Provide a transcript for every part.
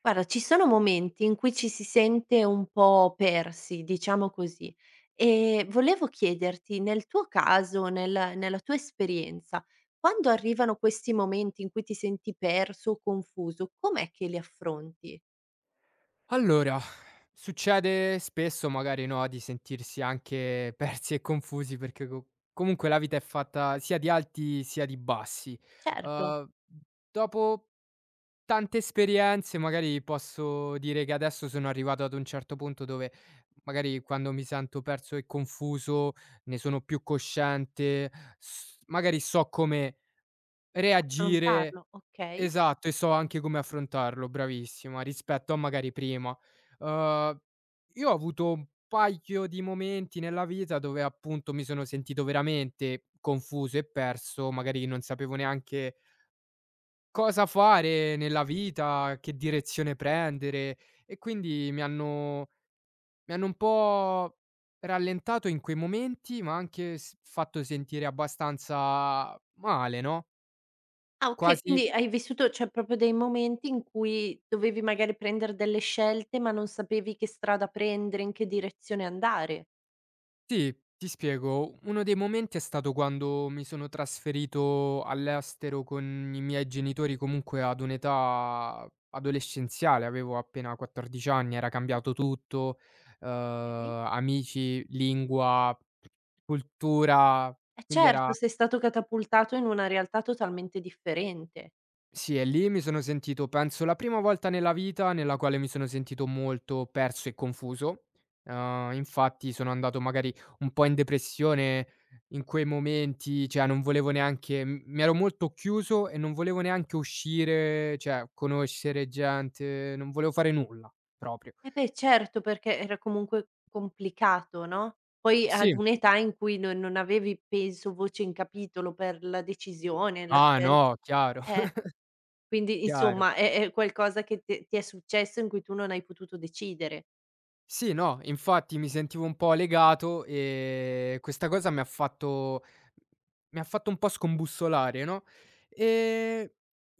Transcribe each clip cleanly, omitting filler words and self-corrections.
Guarda, ci sono momenti in cui ci si sente un po' persi, diciamo così. E volevo chiederti, nel tuo caso, nella tua esperienza, quando arrivano questi momenti in cui ti senti perso o confuso, com'è che li affronti? Allora, succede spesso magari, no, di sentirsi anche persi e confusi perché co comunque la vita è fatta sia di alti sia di bassi. Certo, Uhm, Dopo tante esperienze magari posso dire che adesso sono arrivato ad un certo punto dove magari quando mi sento perso e confuso ne sono più cosciente, s magari so come reagire. affrontarlo, okay. Esatto, e so anche come affrontarlo, bravissima, rispetto a magari prima. Uhm, io ho avuto un paio di momenti nella vita dove appunto mi sono sentito veramente confuso e perso, magari non sapevo neanche cosa fare nella vita, che direzione prendere e quindi mi hanno un po' rallentato in quei momenti, ma anche s fatto sentire abbastanza male, no, Ah, okay, quasi. quindi hai vissuto cioè proprio dei momenti in cui dovevi magari prender delle scelte, ma non sapevi che strada prendere, in che direzione andare. Sì, ti spiego. Uno dei momenti è stato quando mi sono trasferito all'estero con i miei genitori comunque ad un'età adolescenziale, avevo appena 14 anni, era Ah, cambiato tutto, okay. amici, lingua, cultura, Eh quindi certo, era. sei stato catapultato in una realtà totalmente differente. Sì, e lì mi sono sentito penso la prima volta nella vita nella quale mi sono sentito molto perso e confuso. Infatti sono andato magari un po' in depressione in quei momenti, cioè non volevo neanche m mi ero molto chiuso e non volevo neanche uscire, cioè conoscere gente, non volevo fare nulla proprio. Eh beh certo, perché era comunque complicato, no, poi ad Sì. un'età in cui non avevi penso voce in capitolo per la decisione, la Ah scel no, chiaro, eh, quindi chiaro. insomma è qualcosa che ti è successo in cui tu non hai potuto decidere. Sì, no, infatti mi sentivo un po' legato e questa cosa mi ha fatto un po' scombussolare, no, ehm,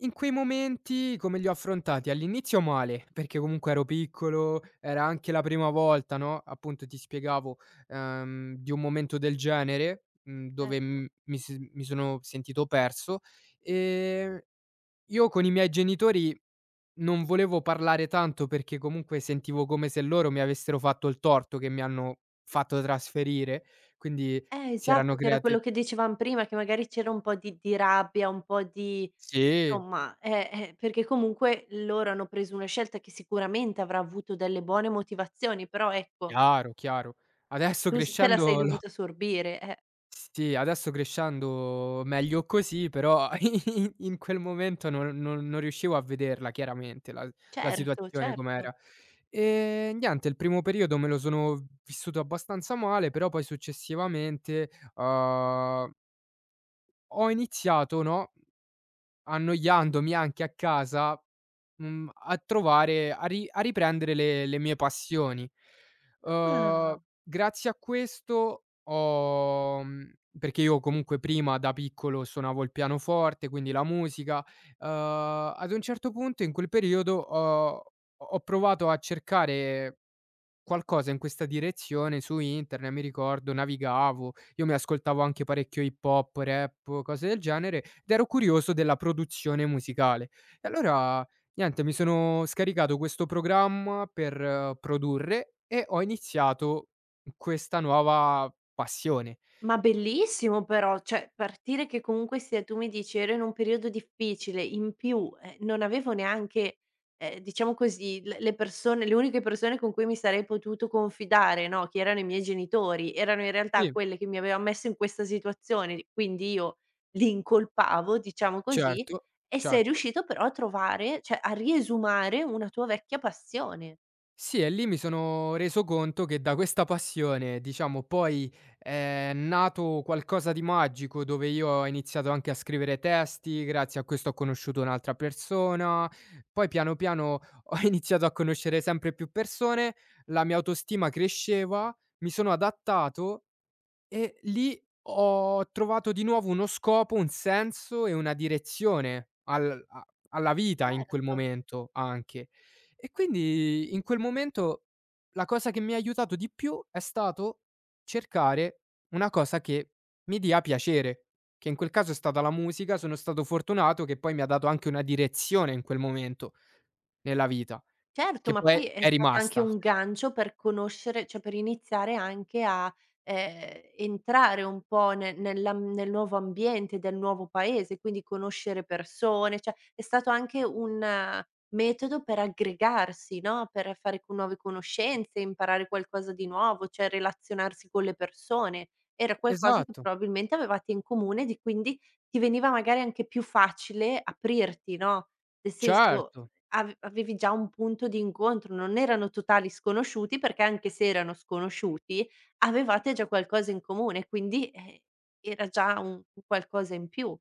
in quei momenti come li ho affrontati? All'inizio male, perché comunque ero piccolo, era anche la prima volta, no, appunto ti spiegavo, di un momento del genere, mhmm, dove Certo. m mi s mi sono sentito perso. Ehm, io con i miei genitori non volevo parlare tanto perché comunque sentivo come se loro mi avessero fatto il torto che mi hanno fatto trasferire, quindi si erano Esatto, che era create quello che dicevam prima, che magari c'era un po' di rabbia, un po' di sì, Somma, perché comunque loro hanno preso una scelta che sicuramente avrà avuto delle buone motivazioni, però ecco, chiaro, chiaro. Adesso tu s te la sei crescendo l'ho dovuta sorbire, eh. sì, adesso crescendo meglio così, però in quel momento non riuscivo a vederla chiaramente la la Certo, situazione certo. com'era. Niente, il primo periodo me lo sono vissuto abbastanza male, però poi successivamente, ho iniziato, no, annoiandomi anche a casa, mhmm, a trovare a ri a riprendere le mie passioni. Uhm, Ah! Grazie a questo ho mhmm, perché io comunque prima da piccolo suonavo il pianoforte, quindi la musica, uhm, ad un certo punto in quel periodo ho provato a cercare qualcosa in questa direzione su internet, mi ricordo navigavo, io mi ascoltavo anche parecchio hip hop, rap, cose del genere, ed ero curioso della produzione musicale. E allora niente, mi sono scaricato questo programma per produrre e ho iniziato questa nuova passione. Ma bellissimo però, cioè partire che comunque sia tu mi dici ero in un periodo difficile, in più, non avevo neanche, diciamo così, l le persone le uniche persone con cui mi sarei potuto confidare, no, che erano i miei genitori, erano in realtà Sì, quelle che mi avevan messo in questa situazione, di quindi io li incolpavo, diciamo così, certo, e sei certo. riuscito però a trovare cioè a riesumare una tua vecchia passione. Sì, e lì mi sono reso conto che da questa passione, diciamo, poi è nato qualcosa di magico dove io ho iniziato anche a scrivere testi, grazie a questo ho conosciuto un'altra persona, poi piano piano ho iniziato a conoscere sempre più persone, la mia autostima cresceva, mi sono adattato e lì ho trovato di nuovo uno scopo, un senso e una direzione al a alla vita in quel Certo. momento anche. E quindi in quel momento la cosa che mi ha aiutato di più è stato cercare una cosa che mi dia piacere, che in quel caso è stata la musica. Sono stato fortunato che poi mi ha dato anche una direzione in quel momento nella vita, Certo, che ma poi poi è è stato anche rimasta. un gancio per conoscere cioè per iniziare anche a, entrare un po' ne nella nel nuovo ambiente del nuovo paese, quindi conoscere persone, cioè è stato anche un metodo per aggregarsi, no, per fare co nuove conoscenze, imparare qualcosa di nuovo, cioè relazionarsi con le persone. Era qualcosa che Esatto, probabilmente avevate in comune di quindi ti veniva magari anche più facile aprirti, no, nel senso certo, avevi già un punto di incontro, non erano totali sconosciuti, perché anche se erano sconosciuti, avevate già qualcosa in comune, quindi, era già un qualcosa in più.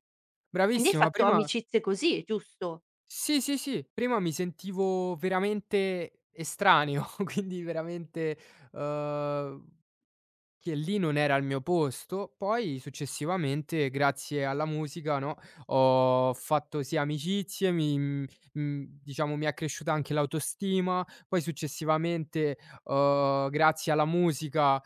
Quindi hai bravissima. fatto Prima amicizie così, giusto? sì, sì, sì, prima mi sentivo veramente estraneo, quindi veramente, uhm che lì non era al mio posto. Poi successivamente, grazie alla musica, no, ho fatto sì amicizie, mhmm, diciamo mi è cresciuta anche l'autostima. Poi successivamente, grazie alla musica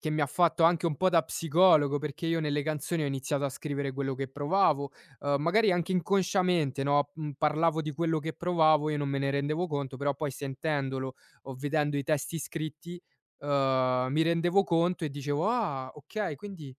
che mi ha fatto anche un po' da psicologo, perché io nelle canzoni ho iniziato a scrivere quello che provavo, magari anche inconsciamente, no, mhmm, parlavo di quello che provavo, io non me ne rendevo conto, però poi sentendolo o vedendo i testi scritti, mi rendevo conto e dicevo: "Ah, okay." Quindi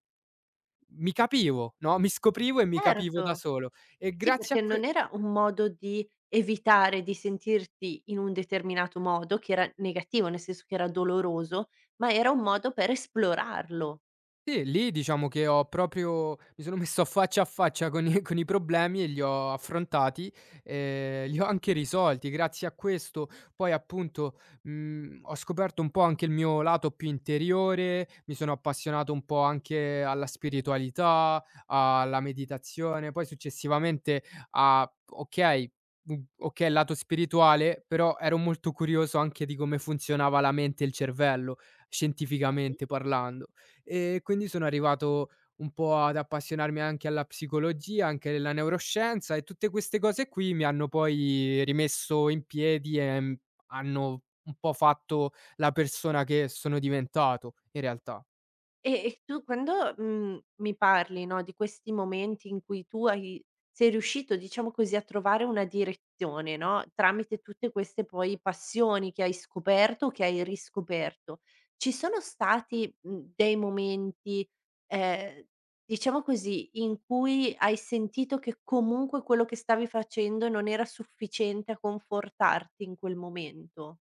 mi capivo, no, mi scoprivo e mi capivo da Certo, solo. E sì, grazie a perché non que era un modo di evitare di sentirti in un determinato modo, che era negativo, nel senso che era doloroso, ma era un modo per esplorarlo. sì, lì diciamo che ho proprio mi sono messo a faccia con i problemi e li ho affrontati, li ho anche risolti. Grazie a questo poi appunto, mhmm, ho scoperto un po' anche il mio lato più interiore, mi sono appassionato un po' anche alla spiritualità, alla meditazione, poi successivamente a okay, mhmm, okay il lato spirituale, però ero molto curioso anche di come funzionava la mente e il cervello, scientificamente parlando e quindi sono arrivato un po' ad appassionarmi anche alla psicologia, anche alla neuroscienza e tutte queste cose qui mi hanno poi rimesso in piedi e, mhmm, hanno un po' fatto la persona che sono diventato in realtà. E tu quando, mi parli, no, di questi momenti in cui tu hai sei riuscito, diciamo così, a trovare una direzione, no, tramite tutte queste poi passioni che hai scoperto, che hai riscoperto, ci sono stati, dei momenti, ehm, diciamo così, in cui hai sentito che comunque quello che stavi facendo non era sufficiente a confortarti in quel momento?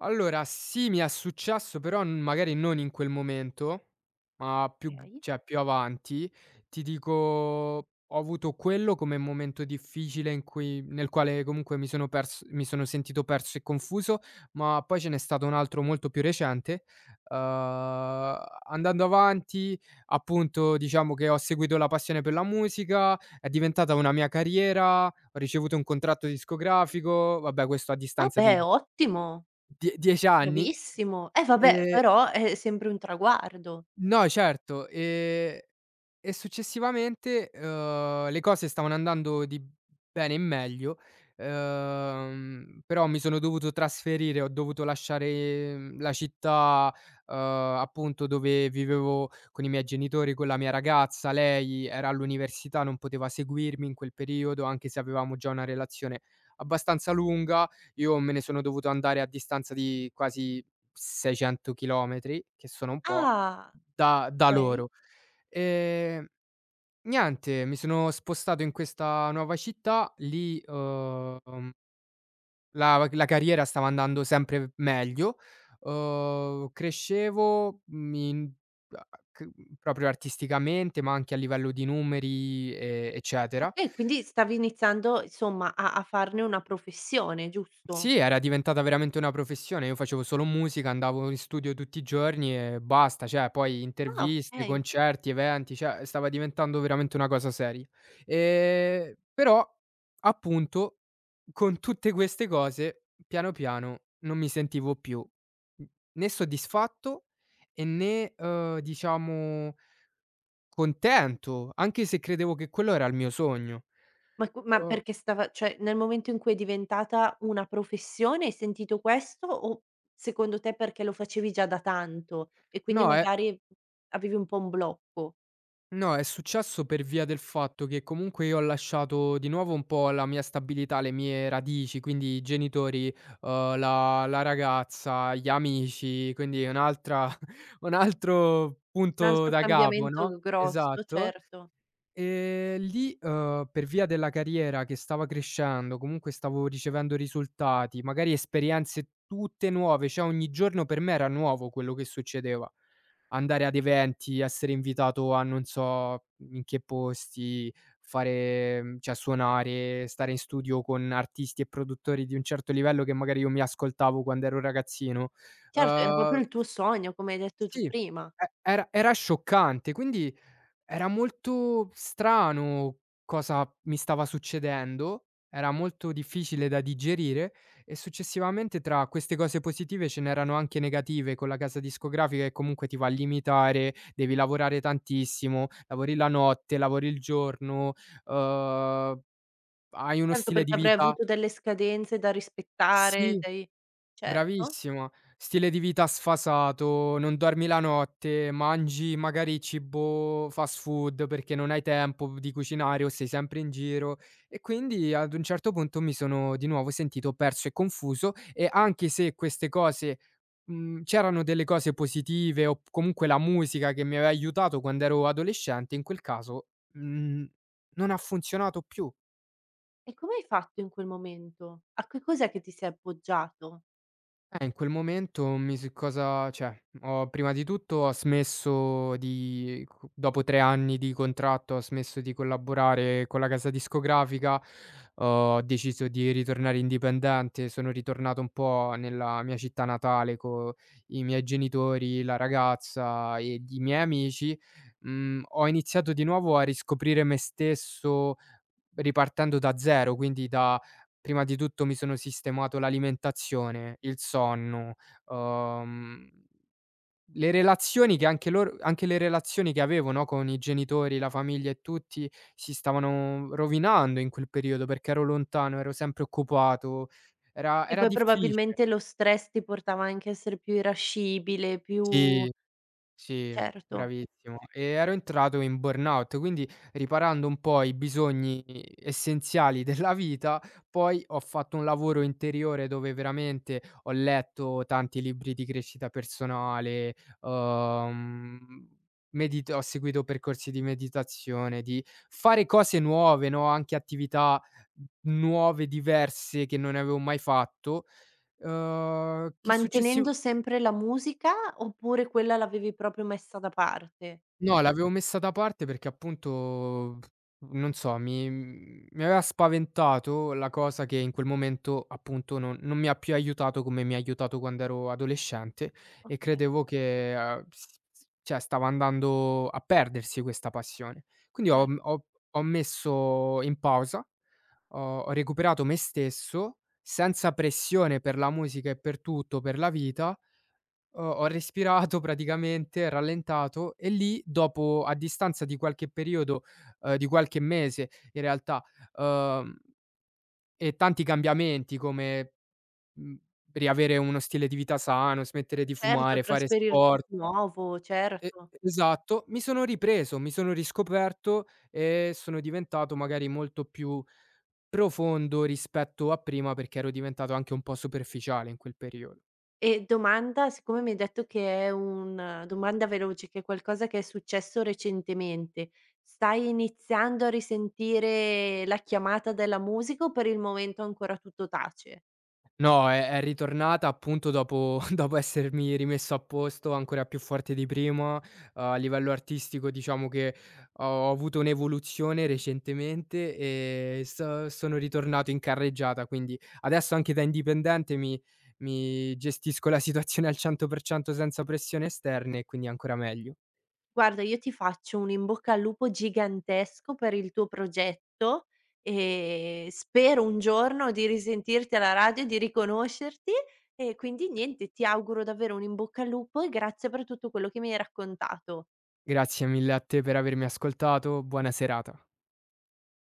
Allora sì, mi è successo, però n magari non in quel momento, ma più g Okay. cioè più avanti. Ti dico, ho avuto quello come momento difficile in cui nel quale comunque mi sono sentito perso e confuso, ma poi ce n'è stato un altro molto più recente. Uhm, Andando avanti, appunto, diciamo che ho seguito la passione per la musica, è diventata una mia carriera, ho ricevuto un contratto discografico, vabbè questo a Ah distanza beh, di ottimo! Die 10 anni. Bravissimo. Eh vabbè, Ehm però è sempre un traguardo. no certo, e successivamente, le cose stavano andando di bene in meglio, però mi sono dovuto trasferire, ho dovuto lasciare, mhmm, la città, appunto dove vivevo con i miei genitori, con la mia ragazza. Lei era all'università, non poteva seguirmi in quel periodo, anche se avevamo già una relazione abbastanza lunga. Io me ne sono dovuto andare a distanza di quasi 600 chilometri, che sono un po', Ah, da okay. loro. Ehm Niente, mi sono spostato in questa nuova città, lì, la la carriera stava andando sempre meglio, crescevo, mi n a c proprio artisticamente, ma anche a livello di numeri, e eccetera. Okay, quindi stavi iniziando insomma a farne una professione, giusto? Sì, era diventata veramente una professione. Io facevo solo musica, andavo in studio tutti i giorni e basta, cioè poi Ah, interviste, okay. concerti, eventi, cioè stava diventando veramente una cosa seria. Però appunto con tutte queste cose piano piano non mi sentivo più n né soddisfatto e né, diciamo contento, anche se credevo che quello era il mio sogno. Ma Uhm, perché stava cioè nel momento in cui è diventata una professione hai sentito questo o secondo te perché lo facevi già da tanto e quindi no, è magari avevi un po' un blocco? No, è successo per via del fatto che comunque io ho lasciato di nuovo un po' la mia stabilità, le mie radici, quindi i genitori, la la ragazza, gli amici, quindi un'altra un altro Un punto altro da capo, no, cambiamento grosso, esatto. certo. Lì, per via della carriera che stava crescendo, comunque stavo ricevendo risultati, magari esperienze tutte nuove, cioè ogni giorno per me era nuovo quello che succedeva. Andare ad eventi, essere invitato a non so in che posti, fare mhmm, cioè suonare, stare in studio con artisti e produttori di un certo livello che magari io mi ascoltavo quando ero ragazzino. Certo, era proprio Uhm, il tuo sogno, come hai detto tu sì, e prima. era scioccante, quindi era molto strano cosa mi stava succedendo, era molto difficile da digerire e successivamente tra queste cose positive ce n'erano anche negative con la casa discografica che comunque ti va a limitare, devi lavorare tantissimo, lavori la notte, lavori il giorno, uhm, hai uno Certo, stile di perché avrai vita avuto delle scadenze da rispettare, sì. dei certo. Bravissima. Stile di vita sfasato, non dormi la notte, mangi magari cibo fast food perché non hai tempo di cucinare o sei sempre in giro e quindi ad un certo punto mi sono di nuovo sentito perso e confuso e anche se queste cose mhmm, c'erano delle cose positive o p comunque la musica che mi aveva aiutato quando ero adolescente, in quel caso, mhmm, non ha funzionato più. E come hai fatto in quel momento? A che cos'è che ti sei appoggiato? In quel momento mi s cosa cioè, ho prima di tutto ho smesso di c dopo 3 anni di contratto, ho smesso di collaborare con la casa discografica, ho deciso di ritornare indipendente, sono ritornato un po' nella mia città natale co i miei genitori, la ragazza ed i miei amici. Mhmm, ho iniziato di nuovo a riscoprire me stesso ripartendo da zero, quindi da prima di tutto mi sono sistemato l'alimentazione, il sonno, uhm, le relazioni che anche loro anche le relazioni che avevo, no, con i genitori, la famiglia e tutti, si stavano rovinando in quel periodo perché ero lontano, ero sempre occupato, era Che era poi difficile. probabilmente lo stress ti portava anche a essere più irascibile, più Sì. Sì, certo. bravissimo. E ero entrato in burnout, quindi riparando un po' i bisogni essenziali della vita, poi ho fatto un lavoro interiore dove veramente ho letto tanti libri di crescita personale, uhm, medit ho seguito percorsi di meditazione, di fare cose nuove, no, anche attività nuove, diverse che non avevo mai fatto, che successiv Mantenendo sempre la musica, oppure quella l'avevi proprio messa da parte? no, l'avevo messa da parte perché appunto, non so, mi aveva spaventato la cosa che in quel momento appunto non mi ha più aiutato come mi ha aiutato quando ero adolescente e Okay, credevo che, s s cioè stava andando a perdersi questa passione. Quindi cer ho messo in pausa, ho recuperato me stesso, senza pressione per la musica e per tutto, per la vita, ho respirato praticamente, rallentato e lì dopo a distanza di qualche periodo, di qualche mese in realtà, uhm, e tanti cambiamenti come, mhmm, riavere uno stile di vita sano, smettere di certo, fumare, fare trasferirti sport di nuovo, e certo. esatto, mi sono ripreso, mi sono riscoperto e sono diventato magari molto più profondo rispetto a prima, perché ero diventato anche un po' superficiale in quel periodo. E domanda, siccome mi hai detto che è un domanda veloce, che è qualcosa che è successo recentemente, stai iniziando a risentire la chiamata della musica o per il momento ancora tutto tace? No, è ritornata appunto dopo dopo essermi rimesso a posto ancora più forte di prima. A livello artistico diciamo che ho avuto un'evoluzione recentemente e sono ritornato in carreggiata, quindi adesso anche da indipendente mi gestisco la situazione al 100% senza pressioni esterne e quindi ancora meglio. "Guarda, io ti faccio un in bocca al lupo gigantesco per il tuo progetto e spero un giorno di risentirti alla radio e di riconoscerti e quindi niente, ti auguro davvero un in bocca al lupo e grazie per tutto quello che mi hai raccontato." Grazie mille a te per avermi ascoltato, buona serata.